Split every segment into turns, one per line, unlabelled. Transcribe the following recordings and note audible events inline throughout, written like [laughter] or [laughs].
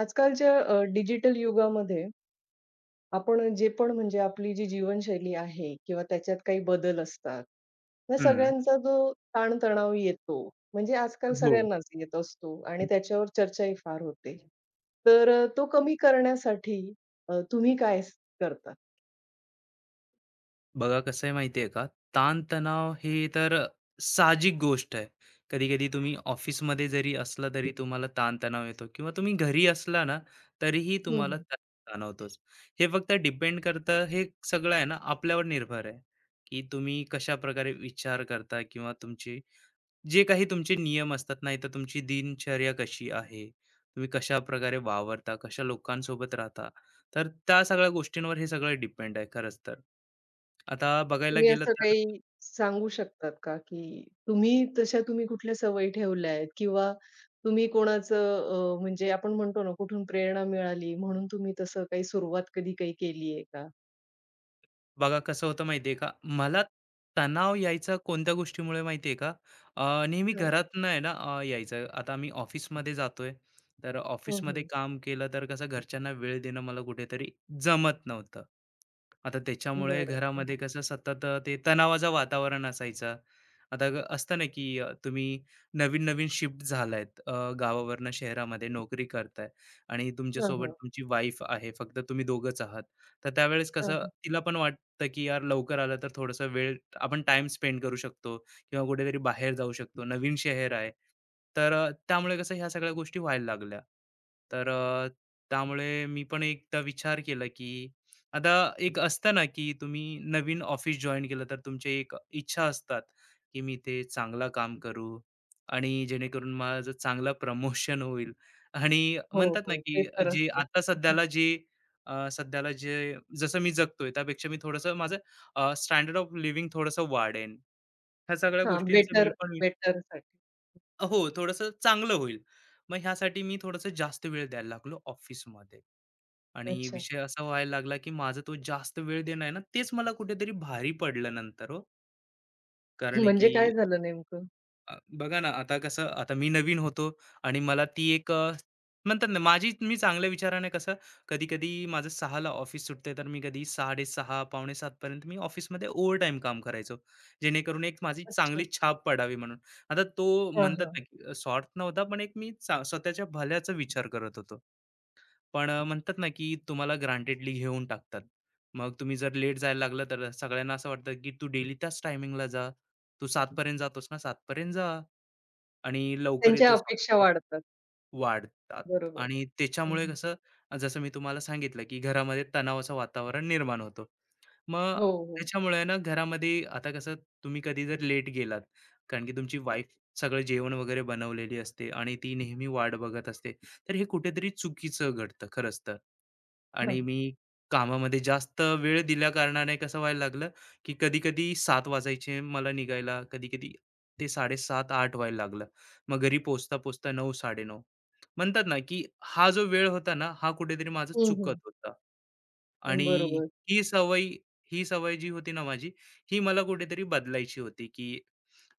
आजकालच्या डिजिटल युगामध्ये आपण जे पण म्हणजे आपली जी जीवनशैली आहे किंवा त्याच्यात काही बदल असतात. या
हं,
सगळ्यांचा जो ताणतणाव येतो, म्हणजे आजकाल
हो.
सगळ्यांनाच येत असतो आणि त्याच्यावर चर्चाही फार होते. तर तो कमी करण्यासाठी तुम्ही काय करता?
बघा कसं आहे माहिती आहे का, ताण हे तर साहजिक गोष्ट आहे. कधी-कधी तुम्ही ऑफिसमध्ये जरी असला तरी तुम्हाला ताण येतो किंवा तुम्ही घरी असला ना, तरीही तुम्हाला ताण जाणवतोच. हे फक्त डिपेंड करतं, हे सगळं आहे ना, आपल्यावर निर्भर आहे, की तुम्ही कशाप्रकारे विचार करता किंवा तुमची जे काही तुमचे नियम असतात नाही तर तुमची दिनचर्या कशी आहे, तुम्ही कशा प्रकारे वावरता, कशा लोकांसोबत राहता, तर त्या सगळ्या गोष्टींवर हे सगळं डिपेंड आहे खरंच तर. आता बघायला
तुम्ही
गेलं
असं
तर
काही सांगू शकतात का, की तुम्ही तशा तुम्ही कुठल्या सवयी ठेवल्या आहेत किंवा तुम्ही कोणाचं म्हणजे आपण म्हणतो ना, कुठून प्रेरणा मिळाली म्हणून तुम्ही तसं काही सुरुवात कधी काही केली आहे का?
बघा कसं होतं माहितीये का, मला तणाव यायचा कोणत्या गोष्टीमुळे माहितीये का, नेहमी
हो.
घरातनं आहे ना, यायचं. आता मी ऑफिसमध्ये जातोय, तर
हम्म,
ऑफिसमध्ये
हम्म.
काम केलं तर कसं घरच्यांना वेळ देणं मला कुठेतरी जमत नव्हतं. आता त्याच्यामुळे
बरं. हं.
घरामध्ये कसं सतत ते तणावाचं वातावरण असायचं. आता असतं ना की तुम्ही नवीन नवीन शिफ्ट झालायत, गावावरनं शहरामध्ये नोकरी करताय आणि
हं, हं. बरं.
तुमच्यासोबत
हां, हां.
तुमची वाईफ आहे, फक्त तुम्ही दोघंच आहात. तर त्यावेळेस
हां, हां. हां,
कसं
हां.
तिला पण वाटतं वाटतं की यार लवकर आलं तर थोडासा वेळ आपण टाइम स्पेंड करू शकतो किंवा कुठेतरी बाहेर जाऊ शकतो, नवीन शहर आहे. तर त्यामुळे कसं ह्या सगळ्या गोष्टी व्हायला लागल्या. तर त्यामुळे मी पण एकदा विचार केला, की आता एक असतं ना की तुम्ही नवीन ऑफिस जॉईन केलं तर तुमची एक इच्छा असतात, की मी ते चांगला काम करू आणि जेणेकरून माझं चांगलं प्रमोशन होईल. आणि
हो,
म्हणतात ना
हो. ते
की
तर
जे
असतं.
आता
[laughs]
सध्याला जे अ, सध्याला जे जसं मी जगतोय त्यापेक्षा मी थोडंसं माझं स्टँडर्ड ऑफ लिव्हिंग थोडंसं वाढेन. ह्या सगळ्या
हां,
गोष्टींचं मी
बेटर
पण वि
बेटरसाठी.
हो, थोडंसं चांगलं होईल. मग ह्यासाठी मी थोडंसं जास्त वेळ द्यायला लागलो ऑफिसमध्ये आणि
अच्छा.
विषय असा व्हायला लागला, की माझा तो जास्त वेळ देणं आहे ना, तेच मला कुठेतरी भारी पडलं नंतर, हो. कारण
म्हणजे
की
काय झालं नेमकं?
बघा ना, आता कसं आता मी नवीन होतो आणि मला ती एक म्हणतात ना, माझी मी चांगल्या विचाराने कसं कधी-कधी माझं सहाला ला ऑफिस सुटते, तर मी कधी 6:30, पावणे 7 पर्यंत मी ऑफिसमध्ये ओव्हरटाईम काम करायचो. जेणेकरून एक माझी
अच्छा.
चांगली छाप पडावी म्हणून. आता तो
हां,
म्हणतात
हां.
ना, की स्वार्थ नव्हता, पण एक मी चा स्वतःच्या भल्याचा विचार करत होतो. पण म्हणतात ना, की तुम्हाला ग्रांटेडली घेऊन टाकतात. मग तुम्ही जर लेट जायला लागलं, तर सगळ्यांना असं वाटतं, की तू डेली त्याच टायमिंगला जा. तू 7 जातोस ना, 7 जा. आणि लवकर
त्यांच्या
येतोय
अपेक्षा
सॉफ्टवेअर
वाढतात.
वाढतात.
बरोबर.
आणि
हं,
त्याच्यामुळे
हं.
कसं जसं मी तुम्हाला सांगितलं, की घरामध्ये तणावाचं वातावरण निर्माण होतं. मग
हो, हो.
त्याच्यामुळे आहे ना, घरामध्ये आता कसं तुम्ही कधी जर लेट गेलात, कारण की तुमची वाईफ सगळं जेवण वगैरे बनवलेली असते आणि ती नेहमी वाट बघत असते, तर हे कुठेतरी चुकीचं घडतं खरंच तर.
हां.
आणि मी कामामध्ये जास्त वेळ दिल्या कारणाने कसं व्हायला लागलं की कधी कधी 7 वाजायचे मला निघायला, कधी कधी ते 7:30, 8 व्हायला लागलं, मग घरी पोचता पोचता 9, 9:30. म्हणतात ना की हा जो वेळ होता ना, हा कुठेतरी माझा
हं,
चुकत
हं.
होता. आणि
बरोबर.
ही सवय ही सवय जी होती ना माझी, ही मला कुठेतरी बदलायची होती. की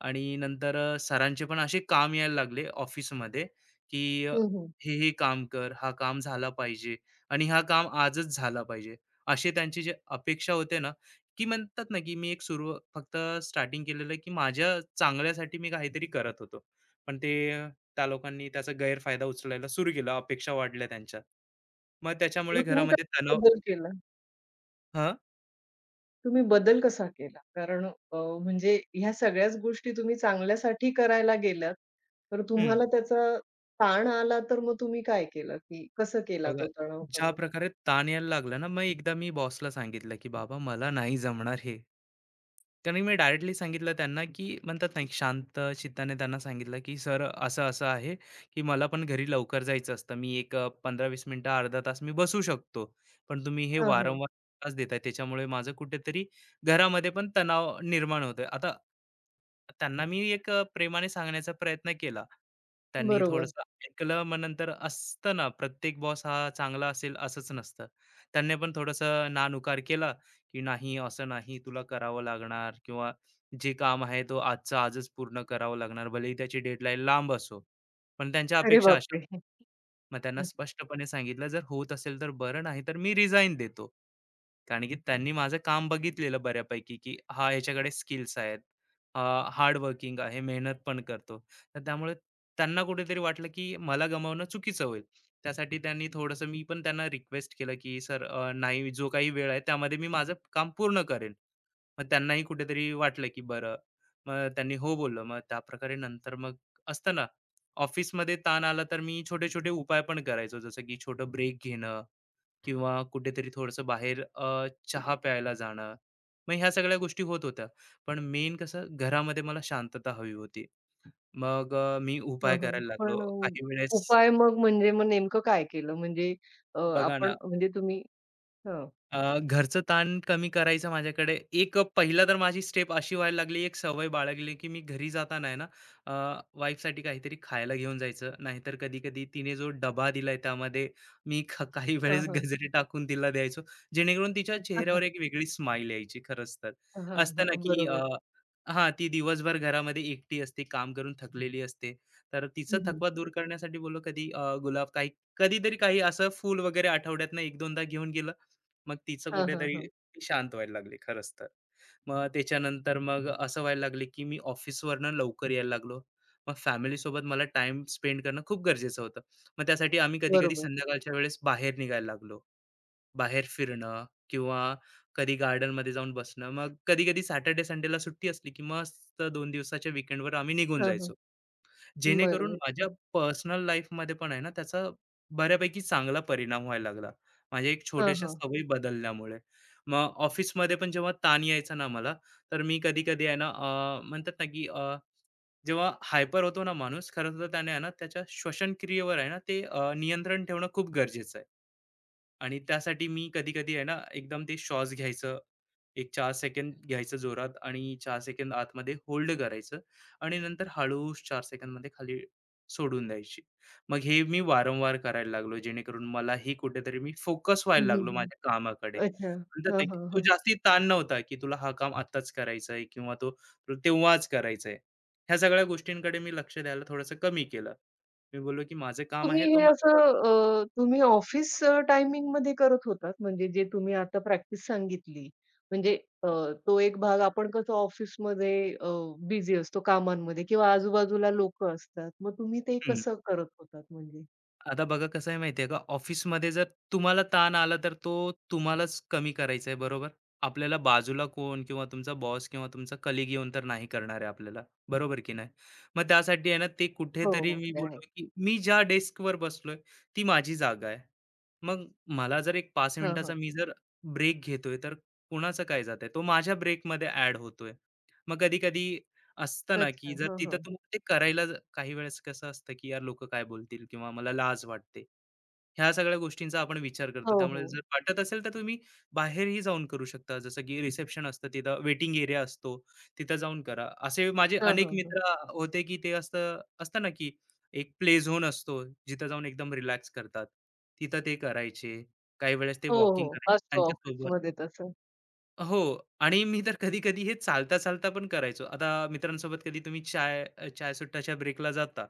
आणि नंतर सरांचे पण असे काम यायला लागले ऑफिसमध्ये, की
हं,
"हे, हे काम कर, हा काम झाला पाहिजे आणि हा काम आजच झाला पाहिजे." असे त्यांची जे अपेक्षा होते ना, की म्हणतात ना, की मी एक सुरू फक्त स्टार्टिंग केलेलं, की माझ्या चांगल्यासाठी मी काहीतरी करत होतो. पण ते त्या लोकांनी त्याचा गैरफायदा उचलायला सुरू केला. अपेक्षा वाढल्या त्यांच्या. मग त्याच्यामुळे
मग तुम्ही
घरामध्ये
कसा
तणाव.
बदल केला?
हं,
तुम्ही बदल कसा केला? कारण म्हणजे ह्या सगळ्याच गोष्टी तुम्ही चांगल्यासाठी करायला गेलात, तर तुम्हाला त्याचा ताण आला, तर मग तुम्ही काय केलं, की कसं केला
बघा,
तो तणाव
ज्या
कमी?
प्रकारे ताण यायला लागला ना, मग एकदा मी बॉसला सांगितलं, की "बाबा मला नाही जमणार हे." त्यांनी मी डायरेक्टली सांगितलं त्यांना, की म्हणतात ना, शांत चित्ताने त्यांना सांगितलं, की "सर असं-असं आहे, की मला पण घरी लवकर जायचं असतं. मी एक 15-20 मिनिटं, अर्धा तास मी बसू शकतो. पण तुम्ही हे
हां, हां.
वारंवार त्रास देताय, त्याच्यामुळे माझं कुठेतरी घरामध्ये पण तणाव निर्माण होतोय. आता त्यांना मी एक प्रेमाने सांगण्याचा प्रयत्न केला. त्यांनी
बरोबर.
थोडंसं ऐकलं. मग नंतर असतं ना, प्रत्येक बॉस हा चांगला असेल असंच नसतं. त्यांनी पण थोडंसं नानुकार केला, की "नाही, असं नाही, तुला करावं लागणार किंवा जे काम आहे तो आजचा आजच पूर्ण करावं लागणार." भलेही त्याची डेडलाईन लांब असो, पण त्यांच्या
अरे
अपेक्षा अशा.
बापरे!
मग त्यांना
हं,
स्पष्टपणे सांगितलं, "जर होत असेल तर बरं, नाही तर मी रिझाइन देतो." कारण की त्यांनी माझं काम बघितलेलं बऱ्यापैकी, की हा ह्याच्याकडे स्किल्स आहेत, अ, हार्ड वर्किंग आहे, मेहनत पण करतो. तर त्यामुळे त्यांना कुठेतरी वाटलं, की मला गमावणं चुकीचं होईल. त्यासाठी त्यांनी थोडंसं मी पण त्यांना रिक्वेस्ट केलं, की "सर नाही, जो काही वेळ आहे त्यामध्ये मी माझं काम पूर्ण करेन." मग त्यांनाही कुठेतरी वाटलं, की बरं. मग त्यांनी हो बोललं. मग त्याप्रकारे नंतर मग असतं ना, ऑफिसमध्ये ताण आला तर मी छोटे-छोटे उपाय पण करायचो. जसं की छोटं ब्रेक घेणं किंवा कुठेतरी थोडंसं बाहेर चहा प्यायला जाणं. मग ह्या सगळ्या गोष्टी होत होत्या. पण मेन कसं घरामध्ये मला शांतता हवी होती. मग मी उपाय
हां, हां.
करायला लागलो.
पण
काही वेळेस
उपाय मग म्हणजे मग नेमकं काय केलं? म्हणजे
बघा ना,
आपण म्हणजे तुम्ही हं.
घरचं ताण कमी करायचं माझ्याकडे एक पहिला तर माझी स्टेप अशी व्हायला लागली, एक सवय बाळगली की मी घरी जाताना आहे ना, अ, वाईफसाठी काहीतरी खायला घेऊन जायचं, नाहीतर कधी कधी तिने जो डबा दिलाय त्यामध्ये मी काही
हां,
वेळेस
हां.
गजरे टाकून तिला द्यायचो, जेणेकरून तिच्या
हां,
चेहऱ्यावर
हां.
एक वेगळी स्माईल यायची खरंच तर.
हां,
असतं
हां.
ना की
बरोबर.
हा ती दिवसभर घरामध्ये एकटी असते, काम करून थकलेली असते, तर तिचा
हं, हं.
थकवा दूर करण्यासाठी बोललो कधी गुलाब काही कधीतरी काही असं फूल वगैरे आठवड्यातनं एक दोनदा घेऊन गेलं, मग तिचं
हां, हां,
कुठेतरी
हां.
ती शांत व्हायला लागली खरंच तर. मग त्याच्यानंतर मग असं व्हायला लागले, की मी ऑफिसवरनं लवकर यायला लागलो. मग फॅमिलीसोबत मला टाइम स्पेंड करणं खूप गरजेचं होतं. मग त्यासाठी आम्ही कधी-कधी
बरोबर.
संध्याकाळच्या वेळेस बाहेर निघायला लागलो. बाहेर फिरणं किंवा कधी गार्डनमध्ये जाऊन बसणं. मग कधी-कधी सॅटर्डे, संडेला सुट्टी असली, की मस्त 2 दिवसाच्या वीकेंडवर आम्ही निघून
हां, हां.
जायचो. जेणेकरून
बरं. अच्छा.
माझ्या पर्सनल लाईफमध्ये पण आहे ना, त्याचा बऱ्यापैकी चांगला परिणाम व्हायला लागला, माझ्या एक
हां,
छोट्याशा
हां.
सवयी बदलल्यामुळे. मग ऑफिसमध्ये पण जेव्हा ताण यायचा ना मला, तर मी कधी-कधी आहे ना, म्हणतात ना की जेव्हा हायपर होतो ना माणूस खरं तर, त्याने आहे ना त्याच्या श्वसनक्रियेवर आहे ना ते नियंत्रण ठेवणं खूप गरजेचं आहे. आणि त्यासाठी मी कधी-कधी आहे ना, एकदम ते शॉट्स घ्यायचं. एक 4 सेकंद घ्यायचं जोरात आणि 4 सेकंद आतमध्ये होल्ड करायचं आणि नंतर हळू चार सेकंदमध्ये खाली सोडून द्यायची. मग हे मी वारंवार करायला लागलो, जेणेकरून मलाही कुठेतरी मी फोकस
हं,
व्हायला
हं,
लागलो
हं.
माझ्या कामाकडे.
अच्छा.
म्हणतात
हां,
ना, की
हां,
तो
हां.
जास्ती ताण नव्हता, की तुला हा काम आत्ताच करायचा आहे किंवा तो तुला तेव्हाच करायचा आहे. ह्या सगळ्या गोष्टींकडे मी लक्ष द्यायला थोडंसं कमी केलं. मी बोललो, की माझं काम
तुम्ही
आहे तो
हे असं
मला
तुम्ही ऑफिस टायमिंगमध्ये करत होतात? म्हणजे जे तुम्ही आता प्रॅक्टिस सांगितली. म्हणजे अ, तो एक भाग आपण कसं ऑफिसमध्ये अ, बिझी असतो कामांमध्ये किंवा आजूबाजूला लोकं असतात. मग तुम्ही ते
हं.
कसं करत होतात म्हणजे?
आता बघा कसं आहे माहितीये का, ऑफिसमध्ये जर तुम्हाला ताण आला तर तो तुम्हालाच कमी करायचा आहे, बरोबर. आपल्याला बाजूला कोण किंवा तुमचा बॉस किंवा तुमचा कलिग येऊन तर नाही करणार आहे आपल्याला, बरोबर की नाही. मग त्यासाठी आहे ना, ते
हो,
कुठेतरी
हो.
मी
ते आहे.
बोललो, की मी ज्या डेस्कवर बसलोय ती माझी जागा आहे. मग मला जर एक 5
हां,
मिनिटाचा
हां.
मी जर ब्रेक घेतोय तर कुणाचं काय जात आहे, तो माझ्या ब्रेकमध्ये ऍड होतोय. मग कधी कधी असतं ना, की
अच्छा.
जर
हां,
तिथं
हां.
तुम्हाला ते करायला ज- काही वेळेस कसं असतं, की यार लोक काय बोलतील किंवा मला लाज वाटते. ह्या सगळ्या गोष्टींचा आपण विचार करतो.
हो,
त्यामुळे
हो.
जर वाटत असेल, तर तुम्ही बाहेरही जाऊन करू शकता. जसं की रिसेप्शन असतं, तिथं वेटिंग एरिया असतो, तिथं जाऊन करा. असे माझे
हां,
अनेक
हां, हां.
मित्र होते, की ते असतं असतं ना, की एक प्ले झोन असतो, जिथं जाऊन एकदम रिलॅक्स करतात. तिथं ते करायचे. काही वेळेस ते
हो,
वॉकिंग
हो.
करायचे
असतो
त्यांच्यासोबत.
ऑफिसमध्ये तसं.
हो, आणि मी तर कधी-कधी हे चालता, चालता पण करायचो. आता मित्रांसोबत कधी तुम्ही चाय सुट्टाच्या ब्रेकला जाता,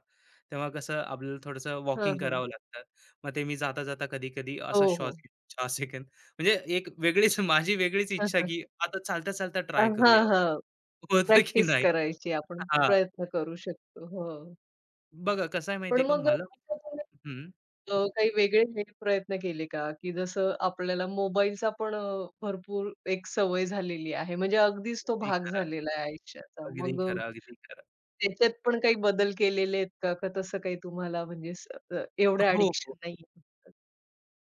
तेव्हा कसं आपल्याला थोडंसं
हां,
वॉकिंग
हां.
करावं लागतं. मग ते मी जाता-जाता कधी-कधी
हो,
असा श्वास
हो.
घेतो 4 सेकंद, म्हणजे एक वेगळीच माझी वेगळीच इच्छा, की
[laughs]
आता चालता-चालता
हां,
ट्राय
हां.
करूया.
हां, हां.
होतं की
प्रॅक्टिस
नाही?
करायची आपण
हां,
प्रयत्न करू शकतो. हो.
बघा कसं आहे
पण
माहिती का,
मग
मला
असं तुम्ही
हं.
काही वेगळे हे प्रयत्न केले का? की जसं आपल्याला मोबाईलचा पण भरपूर एक सवय झालेली आहे. म्हणजे अगदीच तो
अगदी
भाग
खरं,
झालेला आहे आयुष्याचा.
अगदी
मग
खरं, अगदी खरं.
त्याच्यात पण काही बदल केलेले आहेत का? का तसं काही तुम्हाला म्हणजे एवढं
हो, हो.
ॲडिक्शन नाहीये?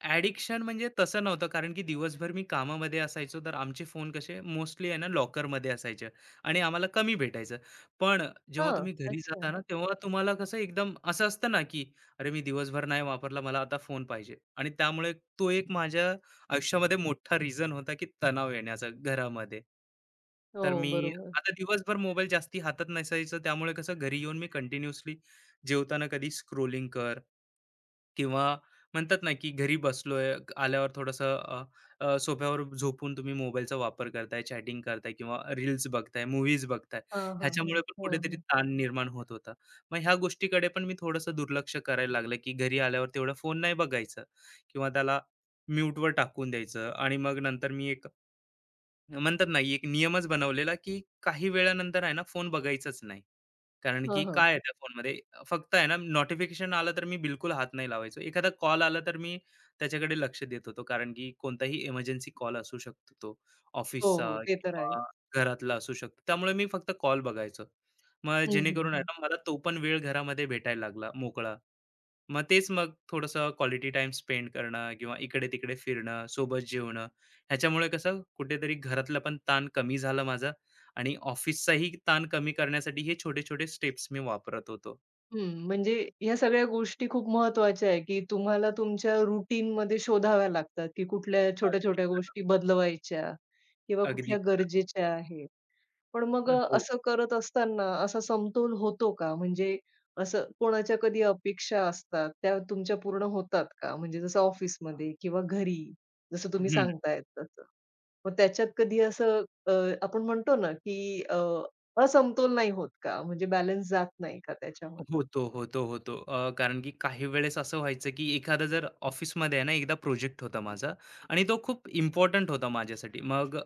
ॲडिक्शन म्हणजे तसं नव्हतं, कारण की दिवसभर मी कामामध्ये असायचो, तर आमचे फोन कसे मोस्टली आहे ना, लॉकरमध्ये असायचे आणि आम्हाला कमी भेटायचं. पण जेव्हा
हां.
तुम्ही घरी
अच्छा.
जाता ना, तेव्हा तुम्हाला कसं एकदम असं असतं ना की, अरे मी दिवसभर नाही वापरला, मला आता फोन पाहिजे. आणि त्यामुळे तो एक माझ्या आयुष्यामध्ये मोठा रिझन होता, की तणाव येण्याचा घरामध्ये. तर
हो,
मी
बरोबर.
आता दिवसभर मोबाईल जास्ती हातात नसायचं, त्यामुळे कसं घरी येऊन मी कंटिन्युअसली जेवताना कधी स्क्रोलिंग कर किंवा म्हणतात ना, की घरी बसलोय, आल्यावर थोडंसं अ, अ, सोफ्यावर झोपून तुम्ही मोबाईलचा वापर करताय, चॅटिंग करताय किंवा रील्स बघताय, मूव्हीज बघताय.
हां, हां, हां.
ह्याच्यामुळे पण
हो,
कुठेतरी
हो.
ताण निर्माण होत होता. मग ह्या गोष्टीकडे पण मी थोडंसं दुर्लक्ष करायला लागलं, की घरी आल्यावर तेवढा फोन नाही बघायचा किंवा त्याला म्यूटवर टाकून द्यायचं. आणि मग नंतर मी एक म्हणतात ना, एक नियमच बनवलेला, की काही वेळानंतर आहे ना, फोन बघायचाच नाही. कारण
हां,
की
हां.
काय आहे त्या फोनमध्ये. फक्त आहे ना, नोटिफिकेशन आलं तर मी बिलकुल हात नाही लावायचो. एखादा कॉल आला तर मी त्याच्याकडे लक्ष देत होतो. कारण की कोणताही इमर्जन्सी कॉल असू शकतो, तो
हो,
ऑफिसचा
हो. ते तर आहे.
किंवा घरातला असू शकतो. त्यामुळे मी फक्त कॉल बघायचो. मग
हं,
जेणेकरून आहे
हं,
ना, मला तो पण वेळ घरामध्ये भेटायला लागला मोकळा. मग तेच मग थोडंसं क्वालिटी टाईम स्पेंड करणं किंवा इकडे-तिकडे फिरणं, सोबत जेवणं. ह्याच्यामुळे कसं कुठेतरी घरातला पण ताण कमी झाला माझा, आणि ऑफिसचाही ताण कमी करण्यासाठी हे छोटे-छोटे स्टेप्स मी वापरत होतो.
हं, म्हणजे ह्या सगळ्या गोष्टी खूप महत्त्वाच्या आहे, की तुम्हाला तुमच्या रूटीनमध्ये शोधाव्या लागतात, की कुठल्या
अगदी
छोट्या-छोट्या
खरं.
गोष्टी बदलवायच्या किंवा
अगदी
कुठल्या
खरं.
गरजेच्या आहेत. पण मग
हो.
असं करत असताना असा समतोल होतो का? म्हणजे असं कोणाच्या कधी अपेक्षा असतात, त्या तुमच्या पूर्ण होतात का? म्हणजे जसं ऑफिसमध्ये किंवा घरी, जसं तुम्ही
हं.
सांगतायत तसं. मग त्याच्यात कधी असं आपण म्हणतो ना, की असमतोल नाही होत का? म्हणजे बॅलन्स जात नाही का त्याच्यामध्ये?
होतो. कारण की काही वेळेस असं व्हायचं, की एखादा जर ऑफिसमध्ये आहे ना, एकदा प्रोजेक्ट होता माझा आणि तो खूप इम्पोर्टंट होता माझ्यासाठी. मग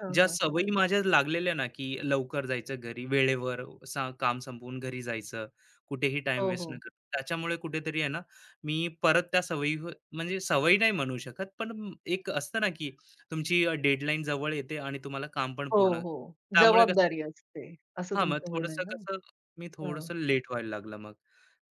हां,
ज्या
हां.
सवयी माझ्या लागलेल्या ना, की लवकर जायचं घरी, वेळेवर सा काम संपवून घरी जायचं, कुठेही टाइम
हो,
वेस्ट न
हो.
करता. त्याच्यामुळे कुठेतरी आहे ना, मी परत त्या सवयी म्हणजे सवयी नाही म्हणू शकत, पण एक असतं ना, की तुमची डेडलाईन जवळ येते आणि तुम्हाला काम पण
हो,
पूर्ण,
हो.
त्यामुळे
जबाबदारी असते, असं
हां, मग
तुमचं म्हणणं आहे
थोडंसं
ना?
कसं मी
हां.
थोडंसं लेट व्हायला लागलं मग.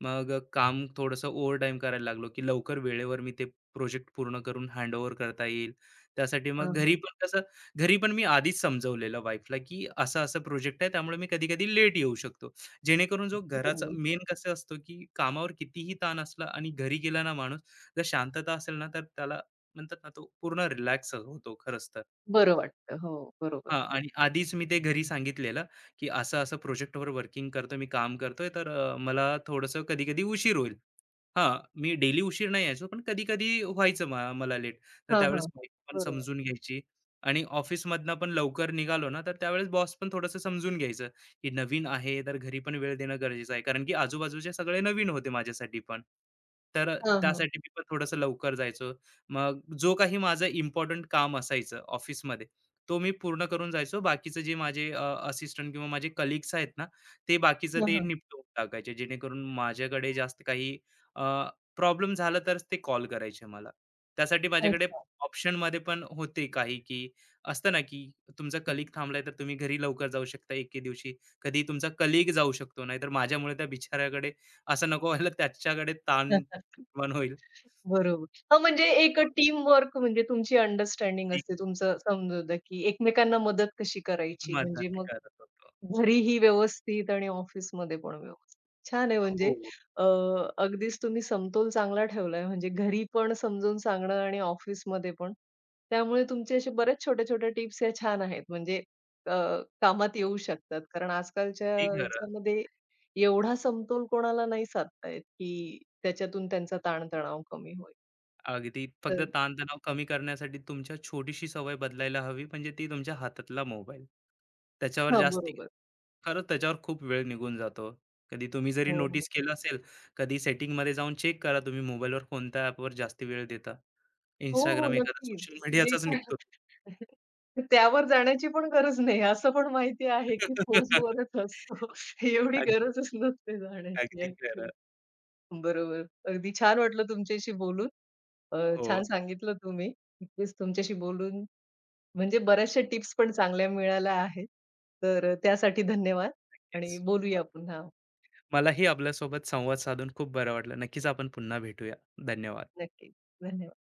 मग काम थोडंसं ओव्हरटाईम करायला लागलो, की लवकर वेळेवर मी ते प्रोजेक्ट पूर्ण करून हँडओव्हर करता येईल. त्यासाठी मग
हां,
घरी
हां.
पण कसं घरी पण मी आधीच समजवलेलं वाईफला, की असा-असा प्रोजेक्ट आहे, त्यामुळे मी कधी-कधी लेट येऊ शकतो. जेणेकरून जो घराचा
बरोबर.
मेन कसं असतो, की कामावर कितीही ताण असला आणि घरी गेला ना माणूस, जर शांतता असेल ना, तर त्याला म्हणतात ना, तो पूर्ण रिलॅक्स होतो खरंच तर.
बरं वाटतं. हो, बरोबर.
हां. आणि आधीच मी ते घरी सांगितलेलं, की असं-असं प्रोजेक्टवर वर्किंग करतो मी, काम करतोय, तर मला थोडंसं कधी-कधी उशीर होईल. हां, मी डेली उशीर नाही यायचो, पण कधी-कधी व्हायचं म मला लेट. तर
हां, हां.
त्यावेळेस वाईफ पण
बरोबर.
समजून घ्यायची. आणि ऑफिसमधनं पण लवकर निघालो ना, तर त्यावेळेस बॉस पण थोडंसं समजून घ्यायचं, की नवीन आहे, तर घरी पण वेळ देणं गरजेचं आहे. कारण की आजूबाजूचे सगळे नवीन होते माझ्यासाठी पण. तर
हां, हां.
त्यासाठी मी पण थोडंसं लवकर जायचो. मग जो काही माझं इम्पोर्टंट काम असायचं ऑफिसमध्ये तो मी पूर्ण करून जायचो. बाकीचं जे माझे असिस्टंट किंवा माझे कलीग्स आहेत ना, ते बाकीचं
हां,
ते
हां.
निपटवून टाकायचे. जेणेकरून माझ्याकडे जास्त काही प्रॉब्लेम झाला तरच ते कॉल करायचे मला. त्यासाठी माझ्याकडे
अच्छा.
ऑप्शनमध्ये पण होते काही, की असतं ना, की तुमचा कलीग थांबलाय तर तुम्ही घरी लवकर जाऊ शकता एके दिवशी. कधी तुमचा कलीग जाऊ शकतो. नाहीतर माझ्यामुळे त्या बिचाऱ्याकडे असं नको व्हायला, त्याच्याकडे ताण
[laughs]
निर्माण होईल.
बरोबर. हां, म्हणजे एक
मग
टीमवर्क म्हणजे तुमची अंडरस्टँडिंग असते, तुमचं समजवतं, की एकमेकांना मदत कशी करायची म्हणजे
मदत
मग
करत होतो.
घरीही व्यवस्थित आणि ऑफिसमध्ये पण व्यवस्थित. छान आहे म्हणजे
हो,
अ, अगदीच तुम्ही समतोल चांगला ठेवलाय म्हणजे घरी पण समजून सांगणं आणि ऑफिसमध्ये पण. त्यामुळे तुमचे असे बऱ्याच छोट्या-छोट्या टिप्स या छान आहेत म्हणजे अ, कामात येऊ शकतात. कारण आजकालच्या
किती
ह्याच्यामध्ये एवढा समतोल कोणाला नाही साधता येत, की त्याच्यातून त्यांचा ताणतणाव कमी होईल.
अगदी, फक्त
तर
ताणतणाव कमी करण्यासाठी तुमच्या छोटीशी सवय बदलायला हवी, म्हणजे ती तुमच्या हातातला मोबाईल. त्याच्यावर
हां,
जास्ती
बरोबर.
खरंच, त्याच्यावर खूप वेळ निघून जातो. कधी तुम्ही जरी
हो, हो.
नोटीस केलं असेल, कधी सेटिंगमध्ये जाऊन चेक करा, तुम्ही मोबाईलवर कोणत्या ॲपवर जास्ती वेळ देता.
हो, हो.
Instagram एखादा
नक्कीच.
सोशल
ते
मीडियाचाच
काय
निघतो.
[laughs] त्यावर जाण्याची पण गरज नाही. असं पण माहिती आहे, की
[laughs]
फोर्सवरच असतो. एवढी
अग,
गरजच नसते जाण्याची
अगदी खरं.
ॲक्चुअली. बरोबर. अगदी छान वाटलं तुमच्याशी बोलून. अ,
हो,
छान सांगितलं तुम्ही. नक्कीच तुमच्याशी बोलून म्हणजे बऱ्याचशा टिप्स पण चांगल्या मिळाल्या आहेत. तर त्यासाठी धन्यवाद आणि
तेच.
बोलूया पुन्हा.
मलाही आपल्यासोबत संवाद साधून खूप बरं वाटलं. नक्कीच आपण पुन्हा भेटूया. धन्यवाद.
नक्की. धन्यवाद.